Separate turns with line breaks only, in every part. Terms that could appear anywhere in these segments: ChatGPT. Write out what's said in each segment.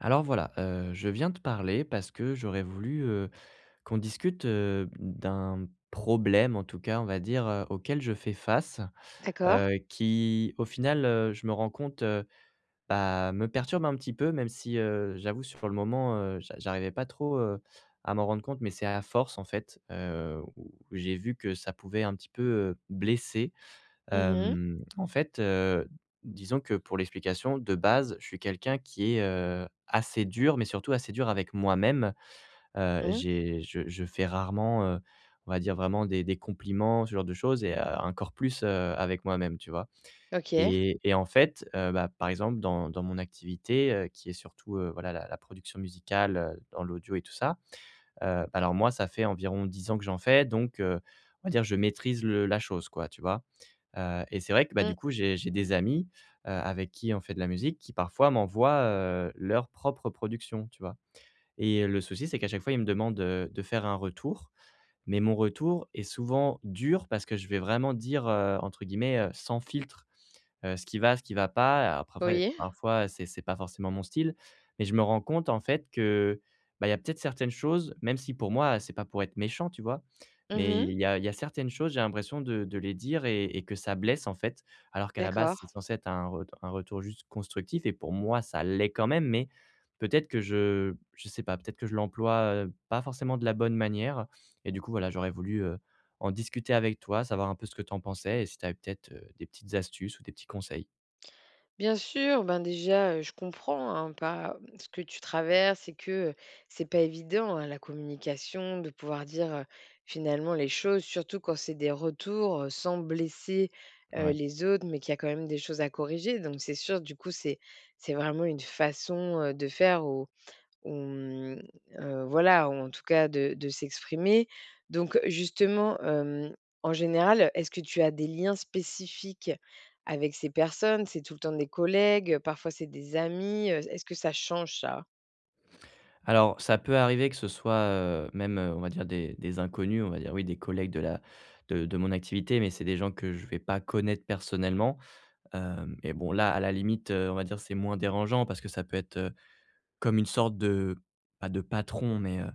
Alors voilà, je viens te parler parce que j'aurais voulu, qu'on discute, d'un problème, en tout cas, on va dire, auquel je fais face,
D'accord.
qui, au final, je me rends compte, bah, me perturbe un petit peu, même si, j'avoue sur le moment, j'arrivais pas trop, à m'en rendre compte, mais c'est à force, en fait, où j'ai vu que ça pouvait un petit peu, blesser.
Mmh mh.
En fait, disons que pour l'explication, de base, je suis quelqu'un qui est, assez dur, mais surtout assez dur avec moi-même.
Mmh.
J'ai je fais rarement, on va dire vraiment des compliments, ce genre de choses et encore plus, avec moi-même, tu vois?
OK.
Et en fait, bah, par exemple dans mon activité, qui est surtout, voilà la production musicale, dans l'audio et tout ça. Bah, alors moi, ça fait environ 10 ans que j'en fais, donc, on va dire je maîtrise le la chose, quoi, tu vois? Et c'est vrai que, bah, du
Mmh.
coup, j'ai des amis, avec qui on fait de la musique qui parfois m'envoient, leurs propres productions, tu vois? Et le souci, c'est qu'à chaque fois, ils me demandent, de faire un retour, mais mon retour est souvent dur parce que je vais vraiment dire, entre guillemets, «sans filtre» ce qui va pas. Après
Oui.
parfois c'est pas forcément mon style, mais je me rends compte en fait que, bah, il y a peut-être certaines choses, même si pour moi c'est pas pour être méchant, tu vois? Mais
Mmh.
il y a certaines choses, j'ai l'impression de les dire et que ça blesse en fait, alors qu'à la base
D'accord.
c'est censé être un retour juste constructif et pour moi ça l'est quand même, mais peut-être que je sais pas, peut-être que je l'emploie, pas forcément de la bonne manière et du coup voilà, j'aurais voulu, en discuter avec toi, savoir un peu ce que tu en pensais et si tu avais peut-être, des petites astuces ou des petits conseils.
Bien sûr, ben, déjà, je comprends, hein, pas ce que tu traverses et que, c'est pas évident, hein, la communication, de pouvoir dire, finalement les choses, surtout quand c'est des retours, sans blesser,
Ouais.
les autres, mais qu'il y a quand même des choses à corriger. Donc c'est sûr, du coup, c'est vraiment une façon, de faire. Ou voilà, ou en tout cas de s'exprimer. Donc justement, en général, est-ce que tu as des liens spécifiques avec ces personnes? C'est tout le temps des collègues, parfois c'est des amis, est-ce que ça change ça?
Alors ça peut arriver que ce soit, même, on va dire des inconnus, on va dire, oui, des collègues de la de mon activité, mais c'est des gens que je vais pas connaître personnellement, hem et bon là, à la limite, on va dire, c'est moins dérangeant parce que ça peut être comme une sorte de, pas de patron, mais,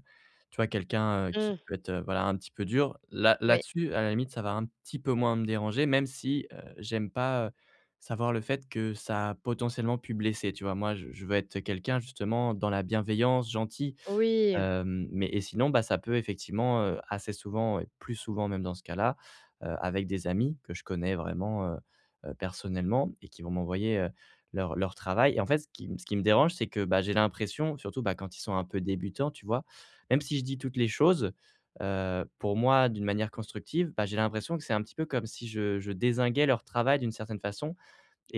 tu vois, quelqu'un, qui
Mmh,
peut être, voilà, un petit peu dur. Là
oui.
là-dessus, à la limite, ça va un petit peu moins me déranger, même si, j'aime pas, savoir le fait que ça a potentiellement pu blesser, tu vois? Moi, je veux être quelqu'un justement dans la bienveillance, gentil.
Oui,
Mais et sinon, bah, ça peut effectivement, assez souvent et plus souvent même dans ce cas-là, avec des amis que je connais vraiment, personnellement et qui vont m'envoyer, leur travail et en fait, ce qui me dérange, c'est que, bah, j'ai l'impression, surtout, bah, quand ils sont un peu débutants, tu vois? Même si je dis toutes les choses, pour moi, d'une manière constructive, bah, j'ai l'impression que c'est un petit peu comme si je dézinguais leur travail d'une certaine façon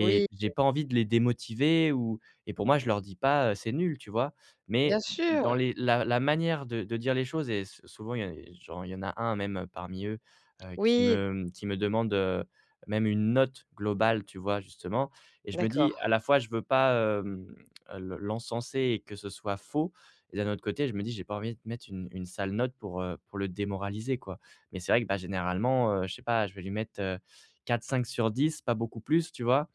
oui,
j'ai pas envie de les démotiver, ou et pour moi, je leur dis pas, «C'est nul», tu vois?
bien
Mais dans
sûr.
les la la manière de dire les choses et s souvent il y en a, genre, il y en a un même parmi eux, qui
Oui,
me qui me demande, même une note globale, tu vois? Justement, et je me
d'accord.
dis à la fois je veux pas, hem, le l'encenser et que ce soit faux, et d'un autre côté, je me dis: «J'ai pas envie de mettre une sale note pour le démoraliser, quoi». Mais c'est vrai que, bah, généralement, je sais pas, je vais lui mettre, 4-5 sur 10, pas beaucoup plus, tu vois?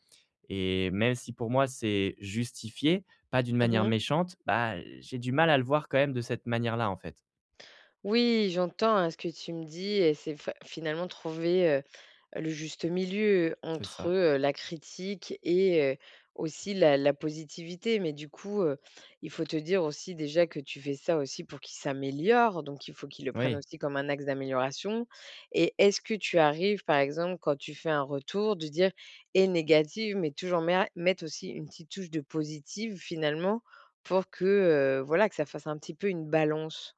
Et même si pour moi c'est justifié, pas d'une manière
Mmh.
méchante, bah, j'ai du mal à le voir quand même de cette manière-là, en fait.
Oui, j'entends, hein, ce que tu me dis et c'est fa finalement trouver le juste milieu
C'est
entre,
ça.
la critique et aussi la positivité. Mais du coup, il faut te dire aussi déjà que tu fais ça aussi pour qu'il s'améliore, donc il faut qu'il le prenne
Oui.
aussi comme un axe d'amélioration. Et est-ce que tu arrives, par exemple, quand tu fais un retour, de dire et négative, mais toujours mer mettre aussi une petite touche de positive finalement pour que, voilà, que ça fasse un petit peu une balance?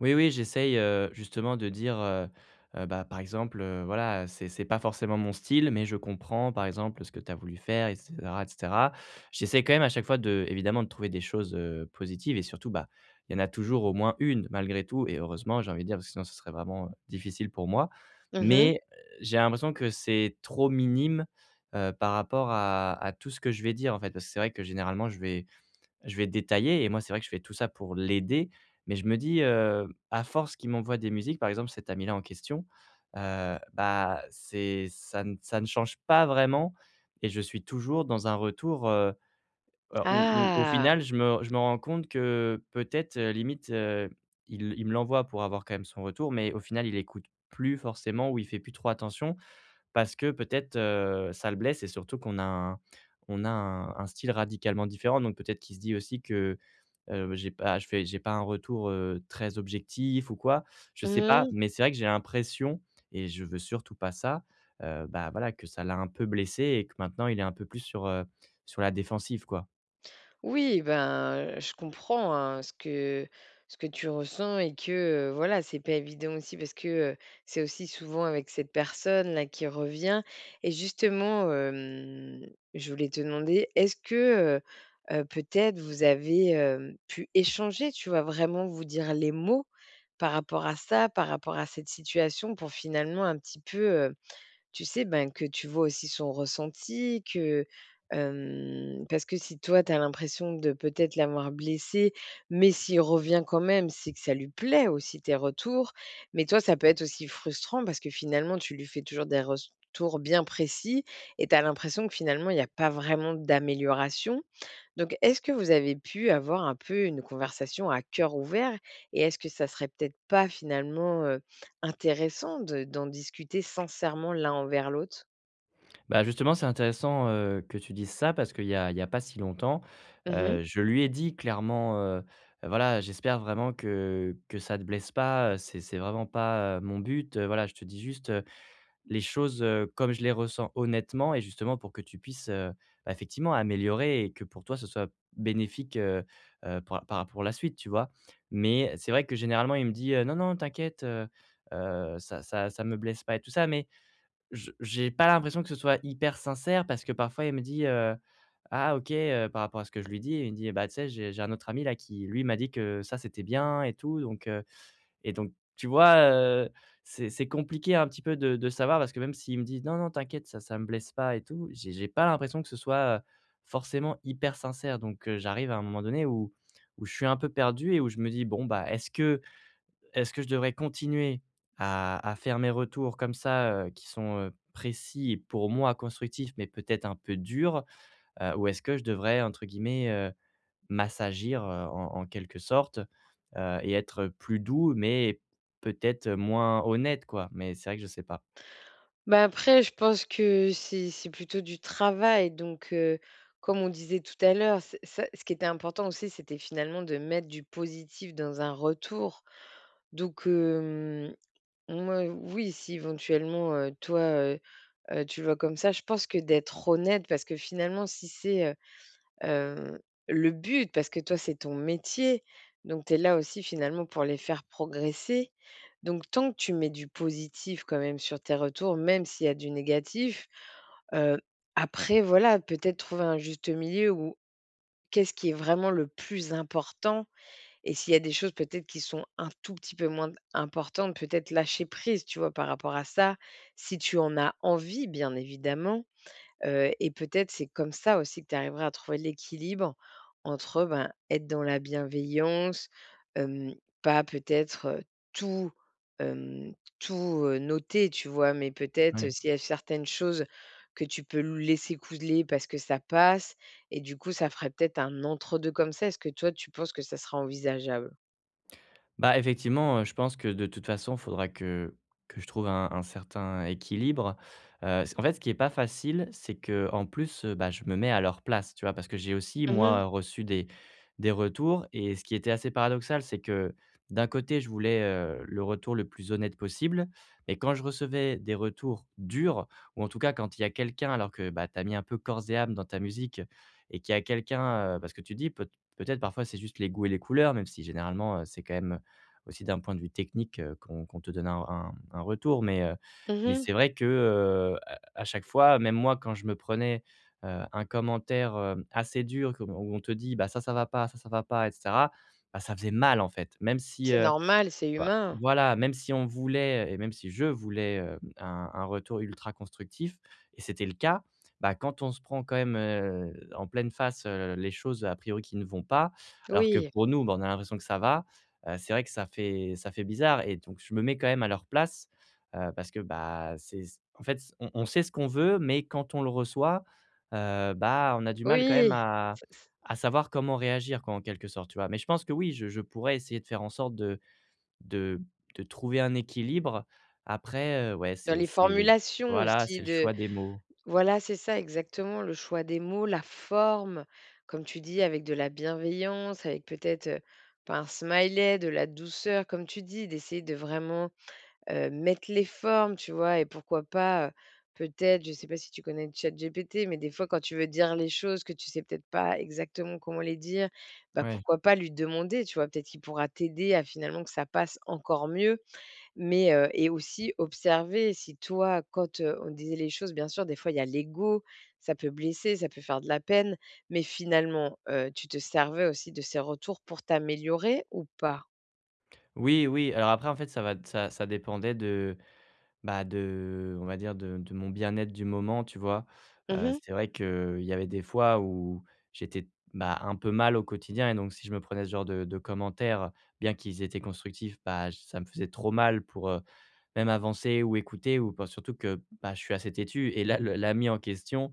Oui, oui, j'essaye, justement de dire, bah, par exemple, voilà, c'est pas forcément mon style, mais je comprends, par exemple, ce que tu as voulu faire, et cetera, et cetera. J'essaie quand même à chaque fois, de évidemment, de trouver des choses, positives et surtout, bah, il y en a toujours au moins une malgré tout, et heureusement, j'ai envie de dire, parce que sinon ce serait vraiment, difficile pour moi.
Mmh.
Mais, j'ai l'impression que c'est trop minime, par rapport à tout ce que je vais dire, en fait. Parce que c'est vrai que généralement je vais détailler et moi, c'est vrai que je fais tout ça pour l'aider, mais je me dis, à force qu'il m'envoie des musiques, par exemple, cet ami-là en question, bah, c'est ça ne change pas vraiment, et je suis toujours dans un retour, où au
Ah!
final, je me rends compte que peut-être, limite, il me l'envoie pour avoir quand même son retour, mais au final, il écoute plus forcément ou il fait plus trop attention parce que peut-être, ça le blesse, et surtout qu'on a un style radicalement différent, donc peut-être qu'il se dit aussi que j'ai pas un retour, très objectif ou quoi, je sais pas,
Mmh.
mais c'est vrai que j'ai l'impression, et je veux surtout pas ça, bah, voilà, que ça l'a un peu blessé et que maintenant il est un peu plus sur la défensive, quoi.
Oui, ben, je comprends, hein, ce que tu ressens et que, voilà, c'est pas évident aussi parce que, heu, c'est aussi souvent avec cette personne-là qui revient et justement, je voulais te demander, est-ce que, peut-être vous avez, pu échanger, tu vois? Vraiment vous dire les mots par rapport à ça, par rapport à cette situation pour finalement un petit peu, heu tu sais, ben, que tu vois aussi son ressenti, que, parce que si toi, tu as l'impression de peut-être l'avoir blessé, mais s'il revient quand même, c'est que ça lui plaît aussi tes retours. Mais toi, ça peut être aussi frustrant parce que finalement, tu lui fais toujours des retours bien précis et tu as l'impression que finalement, il y a pas vraiment d'amélioration. Donc, est-ce que vous avez pu avoir un peu une conversation à cœur ouvert et est-ce que ça serait peut-être pas finalement, intéressant de d'en discuter sincèrement l'un envers l'autre?
Bah, justement, c'est intéressant, que tu dises ça parce qu'il y a pas si longtemps,
Mmh.
je lui ai dit clairement, «Voilà, j'espère vraiment que ça te blesse pas, c'est vraiment pas, mon but, voilà, je te dis juste les choses, comme je les ressens honnêtement et justement pour que tu puisses, bah, effectivement améliorer et que pour toi ce soit bénéfique, pour la suite, tu vois?» Mais c'est vrai que généralement il me dit: Non, non, t'inquiète, ça me blesse pas et tout ça», mais je j'ai pas l'impression que ce soit hyper sincère, parce que parfois il me dit, «Ah, OK», par rapport à ce que je lui dis, il me dit: «Bah, tu sais, j'ai un autre ami là qui lui m'a dit que ça c'était bien et tout, donc» Et donc, tu vois, c'est compliqué un petit peu de savoir, parce que même s'il me dit: «Non, non, t'inquiète, ça me blesse pas et tout», j'ai pas l'impression que ce soit, forcément hyper sincère. Donc, j'arrive à un moment donné où je suis un peu perdu et où je me dis: «Bon, bah, est-ce que je devrais continuer à faire mes retours comme ça, qui sont, précis et pour moi constructifs, mais peut-être un peu durs, ou est-ce que je devrais, entre guillemets, m'assagir, en quelque sorte, et être plus doux, mais peut-être moins honnête, quoi. Mais c'est vrai que je sais pas».
Bah, après je pense que c'est plutôt du travail donc, comme on disait tout à l'heure, c'est ça ce qui était important aussi, c'était finalement de mettre du positif dans un retour. Donc, moi oui, si éventuellement, toi, tu le vois comme ça, je pense que d'être honnête parce que finalement si c'est, heu, le but, parce que toi, c'est ton métier, donc tu es là aussi finalement pour les faire progresser. Donc tant que tu mets du positif quand même sur tes retours, même s'il y a du négatif, heu, après voilà, peut-être trouver un juste milieu où qu'est-ce qui est vraiment le plus important et s'il y a des choses peut-être qui sont un tout petit peu moins importantes, peut-être lâcher prise, tu vois, par rapport à ça, si tu en as envie bien évidemment. Et peut-être c'est comme ça aussi que tu arriveras à trouver l'équilibre entre, ben, être dans la bienveillance, hem, pas peut-être, tout, hem, tout, noter, tu vois? Mais peut-être, s'il y a certaines choses que tu peux laisser couler parce que ça passe et du coup, ça ferait peut-être un entre 2 comme ça. Est-ce que toi, tu penses que ça sera envisageable?
Bah, effectivement, je pense que de toute façon, il faudra que je trouve un certain équilibre. C en fait, ce qui est pas facile, c'est que en plus, bah, je me mets à leur place, tu vois? Parce que j'ai aussi,
Mmh
moi,
mh.
reçu des retours, et ce qui était assez paradoxal, c'est que d'un côté, je voulais, le retour le plus honnête possible, mais quand je recevais des retours durs, ou en tout cas quand il y a quelqu'un, alors que, bah, tu as mis un peu corps et âme dans ta musique, et qu'il y a quelqu'un, parce que tu dis, peut-être parfois c'est juste les goûts et les couleurs, même si généralement, c'est quand même, aussi d'un point de vue technique, qu'on te donne un retour. Mais
Mmh.
c'est vrai que, à chaque fois, même moi quand je me prenais, un commentaire, assez dur, comme, où on te dit: «Bah, ça va pas, ça va pas» et cetera, bah, ça faisait mal en fait. Même si,
C'est normal, c'est
bah,
humain.
voilà, même si on voulait et même si je voulais, un retour ultra constructif, et c'était le cas, bah, quand on se prend quand même, en pleine face, les choses a priori qui ne vont pas, alors que
Oui,
pour nous, bah, on a l'impression que ça va, c'est vrai que ça fait bizarre, et donc je me mets quand même à leur place, parce que, bah, c'est en fait, on sait ce qu'on veut, mais quand on le reçoit, bah, on a du mal quand même
oui.
à
c
à savoir comment réagir, quoi, en quelque sorte, tu vois? Mais je pense que oui, je pourrais essayer de faire en sorte de de trouver un équilibre. Après, ouais,
Dans
c'est
les
c'est
formulations
voilà, c'est
aussi
le
de.
choix des mots.
Voilà, c'est ça exactement, le choix des mots, la forme, comme tu dis, avec de la bienveillance, avec peut-être, pas un smiley, de la douceur, comme tu dis, d'essayer de vraiment, mettre les formes, tu vois? Et pourquoi pas, peut-être, je sais pas si tu connais ChatGPT, mais des fois quand tu veux dire les choses, que tu sais peut-être pas exactement comment les dire, bah,
Ouais.
pourquoi pas lui demander, tu vois? Peut-être qu'il pourra t'aider à finalement que ça passe encore mieux. Mais, et aussi observer si toi, quand, on disait les choses, bien sûr, des fois, il y a l'ego, ça peut blesser, ça peut faire de la peine, mais finalement, tu te servais aussi de ces retours pour t'améliorer ou pas?
Oui, oui, alors après, en fait, ça va ça ça dépendait de, bah, de, on va dire, de mon bien-être du moment, tu vois?
Mmh.
C'est vrai que il y avait des fois où j'étais, bah, un peu mal au quotidien, et donc si je me prenais ce genre de commentaires, bien qu'ils étaient constructifs, bah, j ça me faisait trop mal pour, même avancer ou écouter, ou bah, surtout que, bah, je suis assez têtu, et là, le l'ami en question,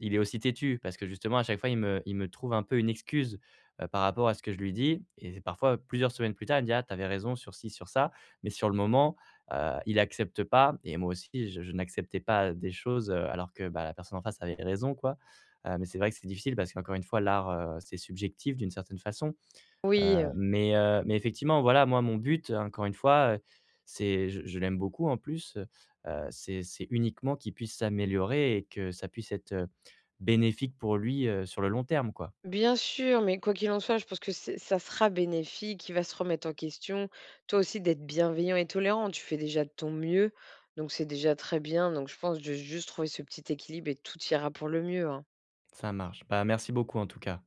il est aussi têtu parce que justement à chaque fois il me trouve un peu une excuse, par rapport à ce que je lui dis, et parfois plusieurs semaines plus tard il me dit: «Ah, t'avais raison sur ci, sur ça», mais sur le moment, il accepte pas, et moi aussi je n'acceptais pas des choses, alors que, bah, la personne en face avait raison, quoi. Mais c'est vrai que c'est difficile, parce qu'encore une fois l'art, c'est subjectif d'une certaine façon.
Oui,
Mais mais effectivement, voilà, moi, mon but, encore une fois, c'est, je l'aime beaucoup en plus, c'est uniquement qu'il puisse s'améliorer et que ça puisse être, bénéfique pour lui, sur le long terme, quoi.
bien sûr, mais quoi qu'il en soit, je pense que c'est ça sera bénéfique, il va se remettre en question. Toi aussi d'être bienveillant et tolérant, tu fais déjà de ton mieux, donc c'est déjà très bien, donc je pense de juste trouver ce petit équilibre et tout ira pour le mieux, hein.
Ça marche. Bah, merci beaucoup en tout cas.